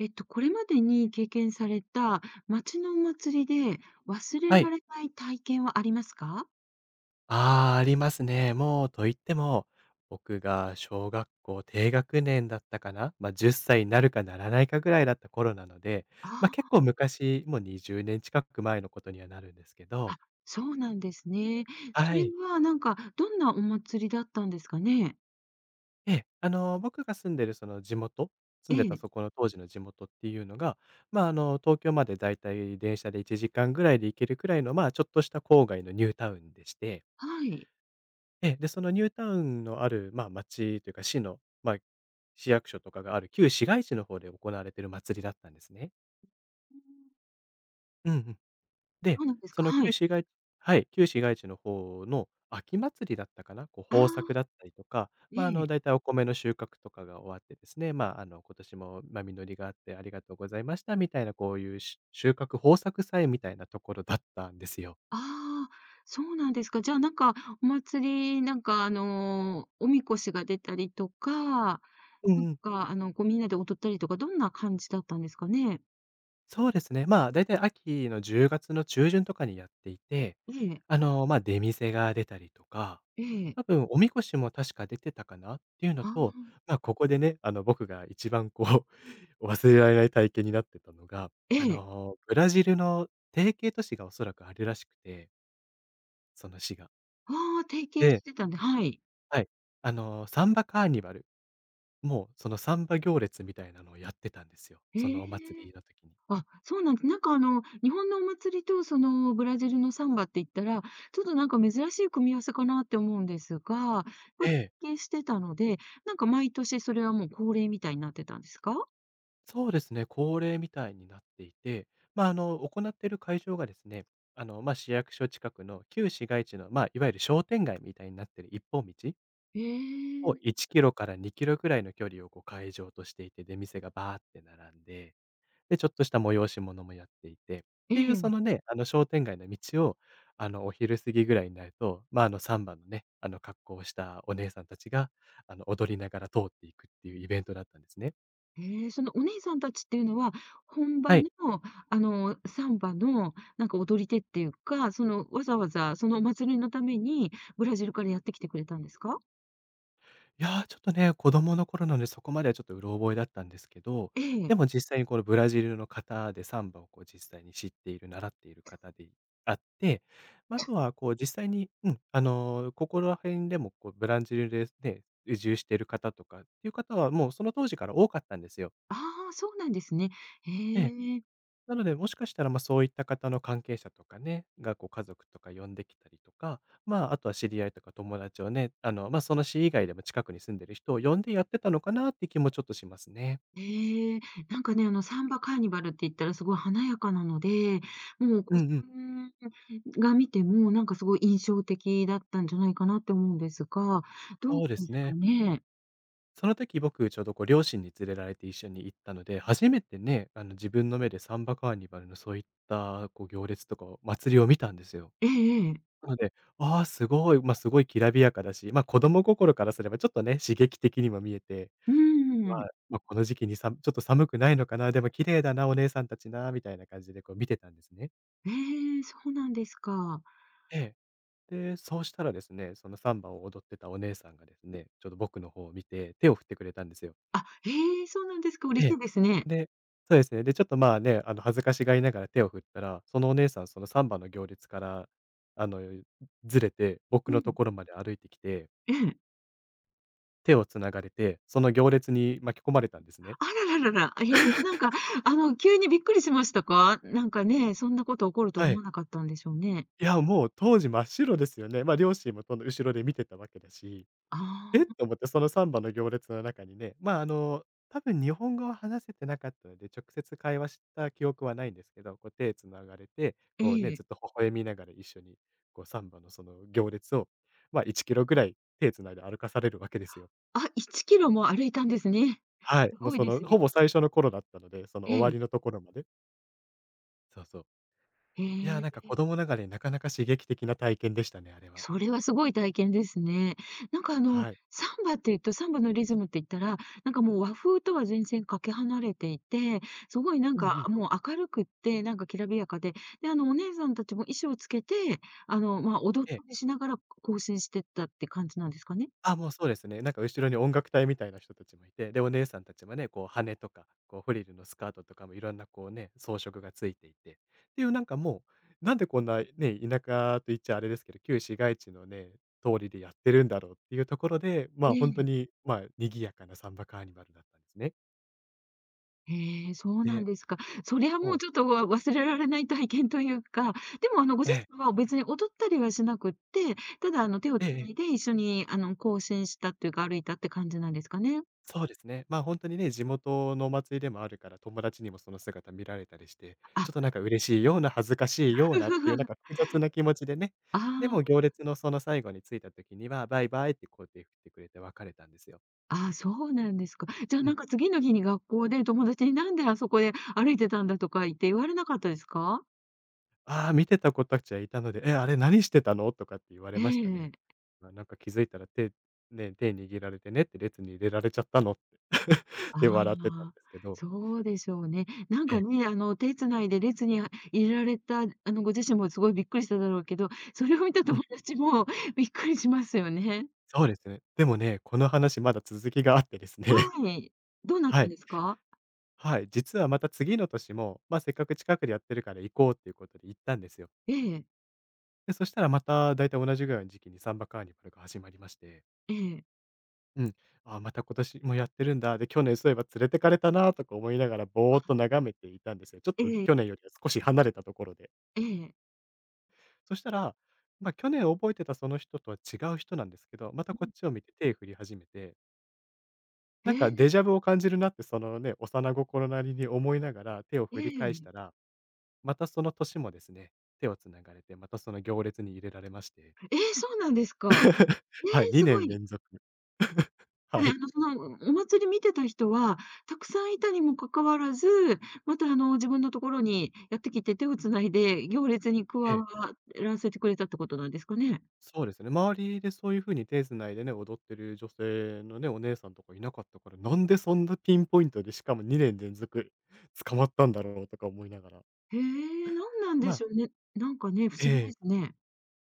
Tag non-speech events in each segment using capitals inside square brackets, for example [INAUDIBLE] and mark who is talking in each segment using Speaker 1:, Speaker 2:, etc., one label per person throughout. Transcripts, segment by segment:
Speaker 1: これまでに経験された町のお祭りで忘れ
Speaker 2: はい。
Speaker 1: られない体験はありますか？
Speaker 2: ああ、ありますね。もうと言っても、僕が小学校低学年だったかな、まあ、10歳になるかならないかぐらいだった頃なので、まあ、結
Speaker 1: あ
Speaker 2: 構昔、もう20年近く前のことにはなるんですけ
Speaker 1: あ、
Speaker 2: ど。
Speaker 1: あ、そうなんですね。そ
Speaker 2: は
Speaker 1: れ
Speaker 2: い。
Speaker 1: はなんかどんなお祭りだったんですかね？
Speaker 2: ええ、僕が住んでるその地元住
Speaker 1: え
Speaker 2: んでた
Speaker 1: え、
Speaker 2: そこの当時の地元っていうのが、まあ、東京までだいたい電車で1時間ぐらいで行けるくらいの、まあ、ちょっとした郊外のニュータウンでして。
Speaker 1: はい。
Speaker 2: ええ、で、そのニュータウンのある、まあ、町というか、市の、まあ、市役所とかがある旧市街地の方で行われている祭りだったんですね。
Speaker 1: うん、
Speaker 2: うんうん。で、
Speaker 1: そうなんです
Speaker 2: そ
Speaker 1: か、
Speaker 2: の
Speaker 1: は
Speaker 2: 旧
Speaker 1: い。
Speaker 2: 市街地はい、旧市街地の方の秋祭りだったかな、こ
Speaker 1: あ
Speaker 2: う、豊作
Speaker 1: あ、
Speaker 2: だったりとか、まあ、
Speaker 1: ええ、
Speaker 2: だいたいお米の収穫とかが終わってですね、まあ、今年も、まあ、実りがあってありがとうございましたみたいな、こういうし収穫豊作祭みたいなところだったんですよ。
Speaker 1: ああ、そうなんですか。じゃあ、なんかお祭り、なんかあの、おみこしが出たりとか、
Speaker 2: う
Speaker 1: なん
Speaker 2: ん。
Speaker 1: かあの、こうみんなで踊ったりとか、どんな感じだったんですかね？
Speaker 2: そうですね。まあ、だいたい秋の10月の中旬とかにやっていて、
Speaker 1: ええ、
Speaker 2: まあ、出店が出たりとか、
Speaker 1: ええ、
Speaker 2: 多分おみこしも確か出てたかなっていうの
Speaker 1: あ
Speaker 2: と、
Speaker 1: あ。
Speaker 2: まあ、ここでね、僕が一番こう、[LAUGHS] 忘れられない体験になってたのが、
Speaker 1: ええ。
Speaker 2: ブラジルの提携都市がおそらくあるらしくて、その市が。
Speaker 1: ああ、提携
Speaker 2: で、
Speaker 1: してたんではい。
Speaker 2: はい。サンバカーニバル、もうそのサンバ行列みたいなのをやってたんですよ。
Speaker 1: え
Speaker 2: その
Speaker 1: え。
Speaker 2: お祭りの時に。
Speaker 1: あ、そうなんです。なんかあの、日本のお祭りとそのブラジルのサンバって言ったら、ちょっとなんか珍しい組み合わせかなって思うんですが、こ
Speaker 2: え
Speaker 1: う
Speaker 2: え。
Speaker 1: 提携してたので、なんか毎年それはもう恒例みたいになってたんですか？
Speaker 2: そうですね、恒例みたいになっていて、まあ、行っている会場がですね、まあ、市役所近くの旧市街地の、まあ、いわゆる商店街みたいになっている一本道
Speaker 1: え
Speaker 2: を
Speaker 1: え。
Speaker 2: 1キロから2キロくらいの距離をこう会場としていて、出店がバーって並んで、で、ちょっとした催し物もやっていて、っ
Speaker 1: え
Speaker 2: ていうその
Speaker 1: え。
Speaker 2: ね、あの商店街の道を、お昼過ぎぐらいになると、まあ、サンバのね、格好をしたお姉さんたちが、踊りながら通っていくっていうイベントだったんですね。
Speaker 1: ええ、そのお姉さんたちっていうのは、本
Speaker 2: は
Speaker 1: 場
Speaker 2: い。
Speaker 1: のあの、サンバのなんか踊り手っていうか、そのわざわざそのお祭りのためにブラジルからやってきてくれたんですか？
Speaker 2: いやー、ちょっとね、子供の頃なので、そこまではちょっとうろ覚えだったんですけど、
Speaker 1: ええ。
Speaker 2: でも実際にこのブラジルの方でサンバをこう実際に知っている、習っている方であって、ま、ああとはこう実際に、うん、ここら辺でもこうブラジルでね、移住している方とかっていう方は、もうその当時から多かったんですよ。
Speaker 1: ああ、そうなんですね。へえ。
Speaker 2: なので、もしかしたら、まあ、そういった方の関係者とかね、が、こう、家族とか呼んできたりとか、まあ、あとは知り合いとか友達をね、まあ、その市以外でも近くに住んでる人を呼んでやってたのかなって気もちょっとしますね。
Speaker 1: へえ。なんかね、あの、サンバカーニバルって言ったらすごい華やかなので、もうお
Speaker 2: う
Speaker 1: 子さ
Speaker 2: んうん。
Speaker 1: んが見ても、なんかすごい印象的だったんじゃないかなって思うんですが、どう
Speaker 2: そうで
Speaker 1: で
Speaker 2: す
Speaker 1: すか
Speaker 2: ね。
Speaker 1: ね？
Speaker 2: その時僕ちょうど、こう、両親に連れられて一緒に行ったので、初めてね、自分の目でサンバカーニバルのそういった、こう、行列とかを祭りを見たんですよ。
Speaker 1: ええええ。
Speaker 2: なので、ああ、すごい、まあ、すごいきらびやかだし、まあ、子供心からすればちょっとね、刺激的にも見えて
Speaker 1: うん。
Speaker 2: は、まあ、この時期にさちょっと寒くないのかな、でも綺麗だな、お姉さんたちな、みたいな感じでこう見てたんですね。
Speaker 1: ええ、そうなんですか。
Speaker 2: ええ。で、そうしたらですね、そのサンバを踊ってたお姉さんがですね、ちょっと僕の方を見て、手を振ってくれたんですよ。
Speaker 1: あ、へえ、そうなんですか、嬉
Speaker 2: え
Speaker 1: し
Speaker 2: え。
Speaker 1: いですね。
Speaker 2: で、そうですね、で、ちょっとまあね、恥ずかしがりながら手を振ったら、そのお姉さんそのサンバの行列から、あの、ずれて、僕
Speaker 1: う
Speaker 2: のと
Speaker 1: ん。
Speaker 2: ころまで歩いてきて、
Speaker 1: ええ。
Speaker 2: 手を繋がれて、その行列に巻き込まれたんですね。
Speaker 1: あらららら、ええ、なんか、あの、急にびっくりしましたか？なんかね、そんなこと起こると
Speaker 2: は
Speaker 1: 思
Speaker 2: い。
Speaker 1: わなかったんでしょうね。
Speaker 2: いや、もう当時真っ白ですよね。まあ、両親もその後ろで見てたわけだし、
Speaker 1: あ
Speaker 2: えっ
Speaker 1: あ、
Speaker 2: と思ってそのサンバの行列の中にね、まあ、多分日本語は話せてなかったので、直接会話した記憶はないんですけど、こう手つながれて、
Speaker 1: え
Speaker 2: こうね、
Speaker 1: え。
Speaker 2: ずっと微笑みながら一緒に、こうサンバのその行列を、まあ、1キロぐらい手繋いで歩かされるわけですよ。
Speaker 1: あ、1キロも歩いたんですね。
Speaker 2: はい、
Speaker 1: す
Speaker 2: もう
Speaker 1: ごい
Speaker 2: そ
Speaker 1: で
Speaker 2: の
Speaker 1: すね。
Speaker 2: ほぼ最初の頃だったので、その
Speaker 1: え
Speaker 2: 終わりの
Speaker 1: え。
Speaker 2: ところまで。そうそう。
Speaker 1: え
Speaker 2: いや、な
Speaker 1: え、
Speaker 2: んか子供ながらになかなか刺激的な体験でしたね、あれは。
Speaker 1: それはすごい体験ですね。なんかあの、
Speaker 2: はい。
Speaker 1: サンバっていうと、サンバのリズムって言ったら、なんかもう和風とは全然かけ離れていて、すごいなん
Speaker 2: うんう
Speaker 1: か
Speaker 2: ん。
Speaker 1: もう明るくって、なんかきらびやかで、で、あの、お姉さんたちも衣装つけて、あの、まあ、踊っ
Speaker 2: え
Speaker 1: た
Speaker 2: え。
Speaker 1: りしながら行進してったって感じなんですかね？
Speaker 2: あ、もうそうですね。なんか後ろに音楽隊みたいな人たちもいて、で、お姉さんたちもね、こう羽とか、こうフリルのスカートとかもいろんなこうね、装飾がついていて、っていうなんかもう、なんでこんなね、田舎と言っちゃあれですけど、旧市街地のね、通りでやってるんだろうっていうところで、ま
Speaker 1: え
Speaker 2: あ、本当
Speaker 1: え。
Speaker 2: に、まあ、賑やかなサンバカーニバルだったんですね。
Speaker 1: へえ、そうなん
Speaker 2: で、
Speaker 1: ですか。それは
Speaker 2: そ
Speaker 1: もう
Speaker 2: う。
Speaker 1: ちょっと忘れられない体験というか、でもあのご
Speaker 2: え
Speaker 1: 自
Speaker 2: え。
Speaker 1: 身は別に踊ったりはしなくって、ただあの手を
Speaker 2: ええ、
Speaker 1: 繋いで一緒にあの行進したっていうか、歩いたって感じなんですかね？
Speaker 2: そうですね。まあ、本当にね、地元のお祭りでもあるから、友達にもその姿見られたりして、ち
Speaker 1: あ、
Speaker 2: ょっとなんか嬉しいような、恥ずかしいようなっていう、なんか
Speaker 1: [LAUGHS]
Speaker 2: 複雑な気持ちでね。で
Speaker 1: あ
Speaker 2: も行列のその最後に着いた時には、バイバイってこう手振ってくれて別れたんですよ。
Speaker 1: あ、ああ、そうなんですか。じゃあ
Speaker 2: う
Speaker 1: な
Speaker 2: ん。
Speaker 1: んか次の日に学校で友達に「なんであそこで歩いてたんだ」とか言って言われなかったですか？
Speaker 2: ああ、見てた子たちはいたので、「え、あれ何してたの？」とかって言われ
Speaker 1: え
Speaker 2: ましたね。
Speaker 1: え。
Speaker 2: まあ、なんか気づいたら手握られてねって、列に入れられちゃったのって [LAUGHS]。
Speaker 1: あ
Speaker 2: で、笑ってたんで
Speaker 1: あ、
Speaker 2: すけど。
Speaker 1: そうでしょうね。なん
Speaker 2: え
Speaker 1: か
Speaker 2: え。
Speaker 1: ね、あの、手つないで列には入れられた、あの、ご自身もすごいびっくりしただろうけど、それを見た
Speaker 2: うん、
Speaker 1: 友達も [LAUGHS] びっくりしますよね。
Speaker 2: そうですね。でもね、この話まだ続きがあってですね。
Speaker 1: はい。どうなっ
Speaker 2: は
Speaker 1: たん
Speaker 2: い。
Speaker 1: ですか？
Speaker 2: はい。実はまた次の年も、まあ、せっかく近くでやってるから行こうっていうことで行ったんですよ。
Speaker 1: ええ、
Speaker 2: で、そしたらまただいたい同じぐらいの時期にサンバカーニバルが始まりまして、
Speaker 1: ええ、
Speaker 2: うん。ああ、また今年もやってるんだ。で、去年そういえば連れてかれたなとか思いながらぼーっと眺めていたんですよ。ちょっと
Speaker 1: ええ、
Speaker 2: 去年よりは少し離れたところで。
Speaker 1: ええ。
Speaker 2: そしたら、まあ、去年覚えてたその人とは違う人なんですけど、またこっちを見て手振り始めて、
Speaker 1: え
Speaker 2: なんかデ
Speaker 1: え、
Speaker 2: ジャブを感じるなってそのね、幼心なりに思いながら手を
Speaker 1: え
Speaker 2: 振り返
Speaker 1: え。
Speaker 2: したら、またその年もですね、手をつながれて、またその行列に入れられまして、
Speaker 1: ええ、そうなんですか。
Speaker 2: [LAUGHS]
Speaker 1: え
Speaker 2: はい、
Speaker 1: え、す
Speaker 2: 2
Speaker 1: ご
Speaker 2: 年
Speaker 1: い。
Speaker 2: 連続。[LAUGHS]
Speaker 1: あ
Speaker 2: は
Speaker 1: れ、あ
Speaker 2: い。
Speaker 1: の、その、お祭り見てた人は、たくさんいたにもかかわらず、また、あの、自分のところにやってきて、手をつないで行列に加
Speaker 2: ええ、
Speaker 1: わらせてくれたってことなんですかね？
Speaker 2: そうですね。周りでそういう風に手繋いでね、踊ってる女性のね、お姉さんとかいなかったから、なんでそんなピンポイントで、しかも2年連続捕まったんだろうとか思いながら。
Speaker 1: へえ、なんなん
Speaker 2: ま
Speaker 1: で
Speaker 2: あ、
Speaker 1: しょうね。なんかね、不
Speaker 2: え
Speaker 1: 思議で
Speaker 2: え、
Speaker 1: すね。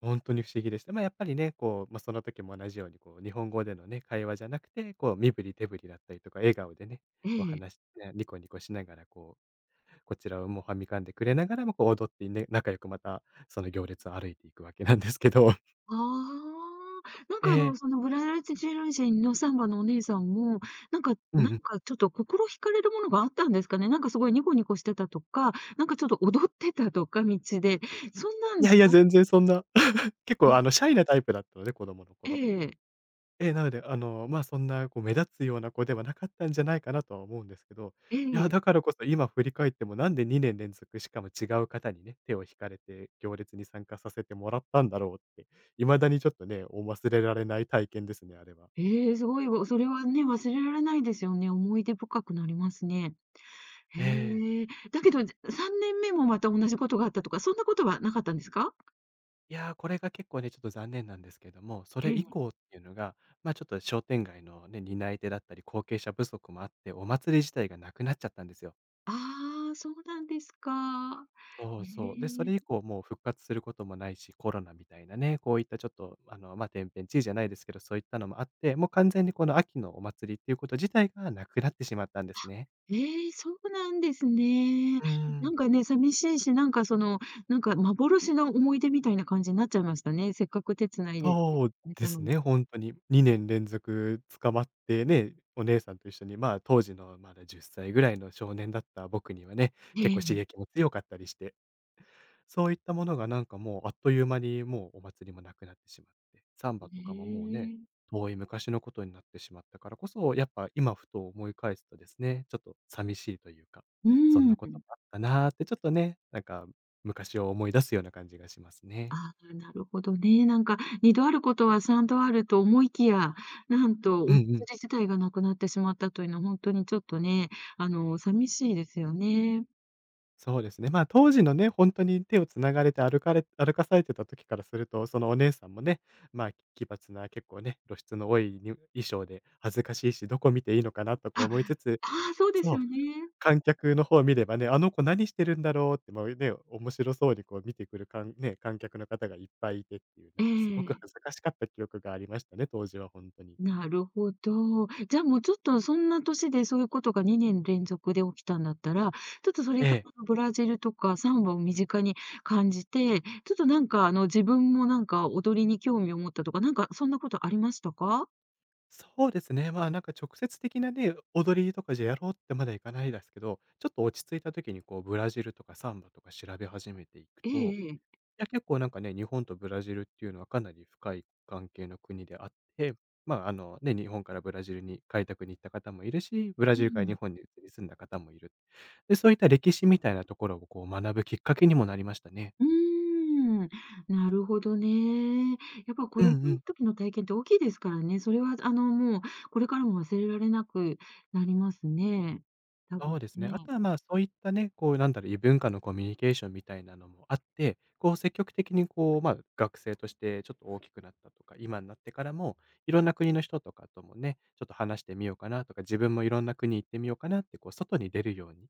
Speaker 2: ほに不思議でした。まあ、やっぱりね、こう、まあ、その時も同じようにこう、日本語でのね、会話じゃなくて、こう身振り手振りだったりとか、笑顔でね、
Speaker 1: え
Speaker 2: こう
Speaker 1: え。
Speaker 2: 話しね、ニコニコしながらこうこちらをもう、はみかんでくれながらも、こう、踊ってね、仲良くまた、その行列を歩いていくわけなんですけど。
Speaker 1: ああ、なん
Speaker 2: え
Speaker 1: か、あの、そ
Speaker 2: え。
Speaker 1: のブラジル人のサンバのお姉さんも、なんか
Speaker 2: う
Speaker 1: な
Speaker 2: ん
Speaker 1: ん
Speaker 2: うん。
Speaker 1: かちょっと心惹かれるものがあったんですかね？なんかすごいニコニコしてたとか、なんかちょっと踊ってたとか、道で、そんな
Speaker 2: い
Speaker 1: ん
Speaker 2: や
Speaker 1: じ
Speaker 2: いや、
Speaker 1: ゃなく
Speaker 2: 全然そんな、結構、あ
Speaker 1: て
Speaker 2: の、シャイなタイプだったので、子供の
Speaker 1: え
Speaker 2: 頃。
Speaker 1: え。
Speaker 2: ええ、なので、あの、まあ、そんな、こう、目立つような子ではなかったんじゃないかなとは思うんですけど、
Speaker 1: え
Speaker 2: いや、
Speaker 1: え。
Speaker 2: だからこそ今振り返っても、なんで2年連続、しかも違う方にね、手を引かれて行列に参加させてもらったんだろうって、未だにちょっとね、お忘れられない体験ですね、あれは。
Speaker 1: ええ、すごいわ。それはね、忘れられないですよね。思い出深くなりますね。
Speaker 2: え
Speaker 1: へ
Speaker 2: え。
Speaker 1: え。だけど、3年目もまた同じことがあったとか、そんなことはなかったんですか？
Speaker 2: いやー、これが結構ね、ちょっと残念なんですけども、そ
Speaker 1: え
Speaker 2: れ以
Speaker 1: え。
Speaker 2: 降っていうのが、ま、あちょっと商店街のね、担い手だったり、後継者不足もあって、お祭り自体がなくなっちゃったんですよ。
Speaker 1: ああ、そうなんですか。
Speaker 2: そう
Speaker 1: え
Speaker 2: そう。で、そ
Speaker 1: え。
Speaker 2: れ以降もう復活することもないし、コロナみたいなね、こういったちょっと、あの、ま、あ天変地異じゃないですけど、そういったのもあって、もう完全にこの秋のお祭りっていうこと自体がなくなってしまったんですね。
Speaker 1: ええ、そうなんですね。
Speaker 2: うー
Speaker 1: な
Speaker 2: ん。
Speaker 1: んかね、寂しいし、なんかその、なんか幻の思い出みたいな感じになっちゃいましたね。せっかく手繋いで
Speaker 2: そう
Speaker 1: 行っ
Speaker 2: で
Speaker 1: た
Speaker 2: す
Speaker 1: のに。
Speaker 2: ね、ほんとに。2年連続捕まってね、お姉さんと一緒に、まあ、当時のまだ10歳ぐらいの少年だった僕にはね、
Speaker 1: え
Speaker 2: 結構刺
Speaker 1: え。
Speaker 2: 激も強かったりして、そういったものがなんかもうあっという間にもうお祭りもなくなってしまって、サンバ
Speaker 1: え
Speaker 2: とかももうね、
Speaker 1: え。
Speaker 2: 遠い昔のことになってしまったからこそ、やっぱ今ふと思い返すとですね、ちょっと寂しいというか、
Speaker 1: う
Speaker 2: そん
Speaker 1: ー
Speaker 2: なことも
Speaker 1: ん。
Speaker 2: あったなってちょっとね、なんか昔を思い出すような感じがしますね。
Speaker 1: ああ、なるほどね。なんか2度あることは3度あると思いきや、なんとお
Speaker 2: う
Speaker 1: 祭
Speaker 2: んう
Speaker 1: り
Speaker 2: ん。
Speaker 1: 自体がなくなってしまったというのは、本当にちょっとね、あの、寂しいですよね。
Speaker 2: そうですね。まあ、当時のね、本当に手をつながれて歩かれ [LAUGHS] 歩かされてた時からすると、そのお姉さんもね、まあ、奇抜な結構ね、露出の多いに衣装で恥ずかしいし、どこ見ていいのかなとこ
Speaker 1: あ、
Speaker 2: う思いつつ、
Speaker 1: ああ、そうです
Speaker 2: そう、
Speaker 1: よね。
Speaker 2: 観客の方を見ればね、あの子何してるんだろうって、もうね、面白そうにこう見てくる観客の方がいっぱいいてっていう、な
Speaker 1: え
Speaker 2: んかすごく
Speaker 1: え、
Speaker 2: 恥ずかしかった記憶がありましたね、当時は本当に。
Speaker 1: なるほど。じゃあ、もうちょっとそんな年でそういうことが2年連続で起きたんだったら、ちょっとそれ
Speaker 2: え
Speaker 1: が
Speaker 2: え。
Speaker 1: ブラジルとかサンバを身近に感じて、ちょっとなんかあの、自分もなんか踊りに興味を持ったとか、なんかそんなことありましたか？
Speaker 2: そうですね。まあ、なんか直接的なね、踊りとかじゃやろうってまだ行いかないですけど、ちょっと落ち着いた時にこうブラジルとかサンバとか調べ始めていく
Speaker 1: え
Speaker 2: と、
Speaker 1: えええ。
Speaker 2: いや結構なんかね、日本とブラジルっていうのはかなり深い関係の国であって、まああのね、日本からブラジルに開拓に行った方もいるし、ブラ
Speaker 1: う
Speaker 2: ジルから日
Speaker 1: ん。
Speaker 2: 本に移り住んだ方もいる。で、そういった歴史みたいなところをこう学ぶきっかけにもなりましたね。
Speaker 1: うーん、なるほどね。やっぱ子
Speaker 2: うんう
Speaker 1: 供の
Speaker 2: ん。
Speaker 1: 時の体験って大きいですからね。それはあの、もうこれからも忘れられなくなりますね。多
Speaker 2: そ
Speaker 1: 分
Speaker 2: うですね。あ
Speaker 1: ね。
Speaker 2: とは、まあ、そういったね、こう、なんだろう、異文化のコミュニケーションみたいなのもあって、こう、積極的に、こう、まあ、学生としてちょっと大きくなったとか、今になってからも、いろんな国の人とかともね、ちょっと話してみようかなとか、自分もいろんな国行ってみようかなって、こう、外に出るようにっ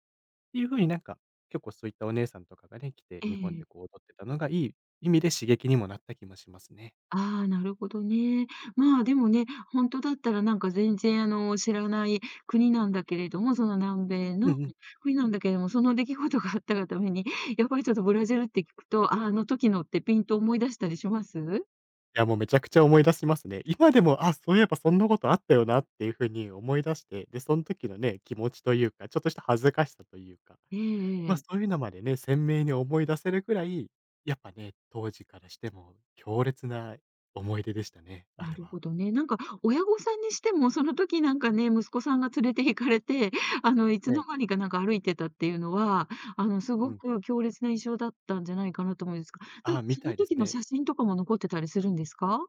Speaker 2: ていうふうになんか、結構そういったお姉さんとかがね、来て、
Speaker 1: え
Speaker 2: 日本で
Speaker 1: え。
Speaker 2: こう、踊ってたのがいい意味で刺激にもなった気もしますね。
Speaker 1: ああ、なるほどね。まあ、でもね、本当だったらなんか全然あの、知らない国なんだけれども、その南米
Speaker 2: う
Speaker 1: の
Speaker 2: んうん。
Speaker 1: 国なんだけれども、その出来事があったがために、やっぱりちょっとブラジルって聞くと、あ、あの時のってピンと思い出したりします？
Speaker 2: いや、もうめちゃくちゃ思い出しますね。今でも、あ、そういえばそんなことあったよなっていう風に思い出して、で、その時のね、気持ちというか、ちょっとした恥ずかしさというか、
Speaker 1: ええ
Speaker 2: ま、そ
Speaker 1: え。
Speaker 2: ういうのまでね、鮮明に思い出せるくらい、やっぱね、当時からしても強烈な思い出でしたね、あ
Speaker 1: な
Speaker 2: れ
Speaker 1: る
Speaker 2: は。
Speaker 1: ほどね。なんか親御さんにしても、その時なんかね、息子さんが連れて行かれて、[LAUGHS] あの、い
Speaker 2: え
Speaker 1: つ
Speaker 2: え、
Speaker 1: の間にかなんか歩いてたっていうのは、あの、す
Speaker 2: う
Speaker 1: ご
Speaker 2: ん。
Speaker 1: く強烈な印象だったんじゃないかなと思うんですが、な
Speaker 2: あ
Speaker 1: ん
Speaker 2: あ、
Speaker 1: か
Speaker 2: み
Speaker 1: そ
Speaker 2: た
Speaker 1: の
Speaker 2: いです
Speaker 1: 時の
Speaker 2: ね。
Speaker 1: 写真とかも残ってたりするんですか？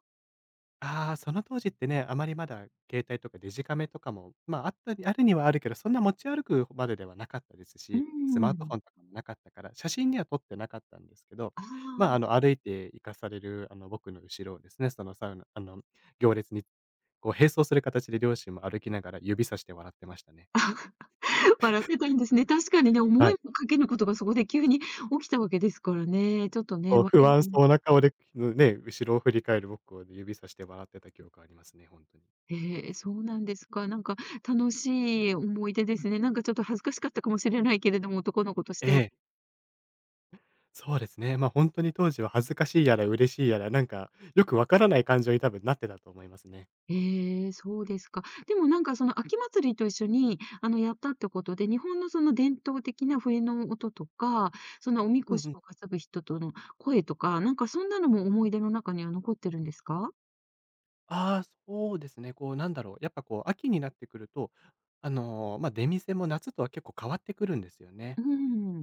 Speaker 2: ああ、その当時ってね、あまりまだ携帯とかデジカメとかも、まあ、あったにあるにはあるけど、そんな持ち歩くまでではなかったです
Speaker 1: う
Speaker 2: し、スマートフ
Speaker 1: ん。
Speaker 2: ォンとかもなかったから、写真には撮ってなかったんですけど、
Speaker 1: あ
Speaker 2: まあ、あ
Speaker 1: あ、
Speaker 2: の、歩いて行かされる、あの、僕の後ろをですね、そのサウナあの、行列にこう並走する形で両親も歩きながら指さして笑ってましたね。
Speaker 1: [LAUGHS] 笑ってたんですね。確かにね、
Speaker 2: は
Speaker 1: 思
Speaker 2: い。
Speaker 1: いもかけぬことがそこで急に起きたわけですからね。ちょっとね、
Speaker 2: そう、
Speaker 1: わ
Speaker 2: 不
Speaker 1: けが
Speaker 2: 安そうな顔で、ね、後ろを振り返る僕を指さして笑ってた記憶ありますね、本当に。
Speaker 1: ええー、そうなんですか。なんか楽しい思い出ですね。なんかちょっと恥ずかしかったかもしれないけれども、男の子とし
Speaker 2: え
Speaker 1: ては。
Speaker 2: え。そうですね。ま、あ本当に当時は恥ずかしいやら嬉しいやら、なんかよくわからない感情に多分なってたと思いますね。
Speaker 1: ええ、そうですか。でもなんかその秋祭りと一緒に、あの、やったってことで、日本のその伝統的な笛の音とか、そのおみ
Speaker 2: うん
Speaker 1: こ
Speaker 2: う
Speaker 1: し
Speaker 2: ん。
Speaker 1: を担ぐ人との声とか、なんかそんなのも思い出の中には残ってるんですか？
Speaker 2: ああ、そうですね。こうなんだろう、やっぱこう秋になってくると、あの、ま、出店も夏とは結構変わってくるんですよね。
Speaker 1: うー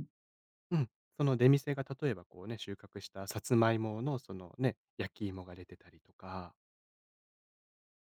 Speaker 1: ん。
Speaker 2: うん。その出店が例えばこうね、収穫したさつまいものそのね、焼き芋が出てたりとか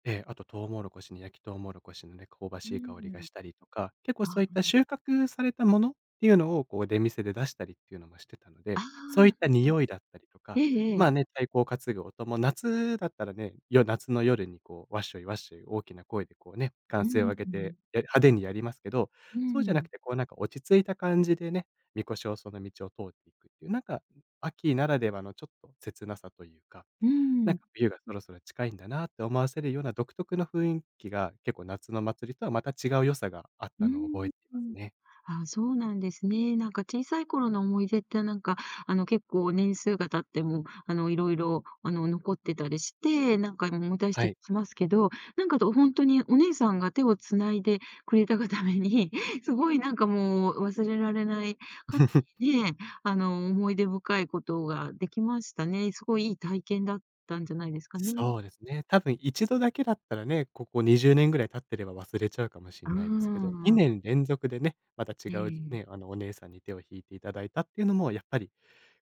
Speaker 2: ええ、あとトウモロコシに焼きトウモロコシのね、香ば
Speaker 1: う
Speaker 2: しい香りが
Speaker 1: ん。
Speaker 2: したりとか、結構そう
Speaker 1: あ、
Speaker 2: いった収穫されたものっていうのをこう出店で出したりっていうのもしてたので、
Speaker 1: あ
Speaker 2: そ
Speaker 1: あ、
Speaker 2: ういっ
Speaker 1: なる
Speaker 2: た
Speaker 1: ほど。
Speaker 2: 匂いだったりと
Speaker 1: え
Speaker 2: か、
Speaker 1: ええ
Speaker 2: まあ
Speaker 1: え。
Speaker 2: ね、太鼓を担ぐ音も夏だったらね、夏の夜にこうわっしょいわっしょい大きな声でこうね、歓
Speaker 1: う
Speaker 2: 声を
Speaker 1: ん
Speaker 2: 上げて、
Speaker 1: うん。
Speaker 2: 派手にやりますけど、
Speaker 1: う
Speaker 2: そうじゃなく
Speaker 1: ん。
Speaker 2: てこうなんか落ち着いた感じでね、神しをその道を通っていくっていう、なんか秋ならではのちょっと切なさというか
Speaker 1: う
Speaker 2: なん
Speaker 1: ん。
Speaker 2: か冬がそろそろ近いんだなって思わせるような独特の雰囲気が、結構夏の祭りとはまた違う良さがあっ
Speaker 1: う
Speaker 2: たのを覚えています
Speaker 1: ん。
Speaker 2: ね。
Speaker 1: あ、そうなんですね。なんか小さい頃の思い出ってなんか、あの結構年数が経っても、あのいろいろ、あの残ってたりして、なんか思い出し
Speaker 2: は
Speaker 1: たり
Speaker 2: い。
Speaker 1: しますけど、なんかと本当にお姉さんが手をつないでくれたがために、[LAUGHS] すごいなんかもう忘れられない、か
Speaker 2: [LAUGHS]
Speaker 1: ね、あの思い出深いことができましたね。すごいいい体験だったんじゃないですかね。
Speaker 2: そうですね。多分一度だけだったらね、ここ20年ぐらい経ってれば忘れちゃうかもしれ
Speaker 1: う
Speaker 2: ないですけど、
Speaker 1: ん。
Speaker 2: 2年連続でね、また違
Speaker 1: え
Speaker 2: う
Speaker 1: え。
Speaker 2: ね、あの、お姉さんに手を引いていただいたっていうのも、やっぱり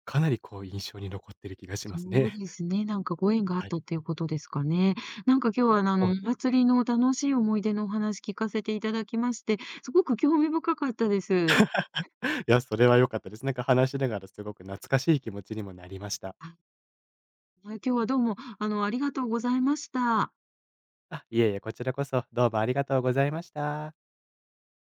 Speaker 2: かなりこう印象に残ってる気がします
Speaker 1: そう
Speaker 2: ね。
Speaker 1: ですね。なんかご縁が
Speaker 2: [LAUGHS]
Speaker 1: あっ
Speaker 2: はい。
Speaker 1: たっていうことですかね。なんか今日はあ
Speaker 2: [LAUGHS] そう
Speaker 1: の、お祭りの楽しい思い出のお話聞かせていただきまして、すごく興味深かったです。
Speaker 2: いや、それは良かったです。なんか話しながらすごく懐かしい気持ちにもなりました。
Speaker 1: はい、今日はどうも、あの、ありがとうございました。
Speaker 2: あ、いえいえ、こちらこそ、どうもありがとうございました。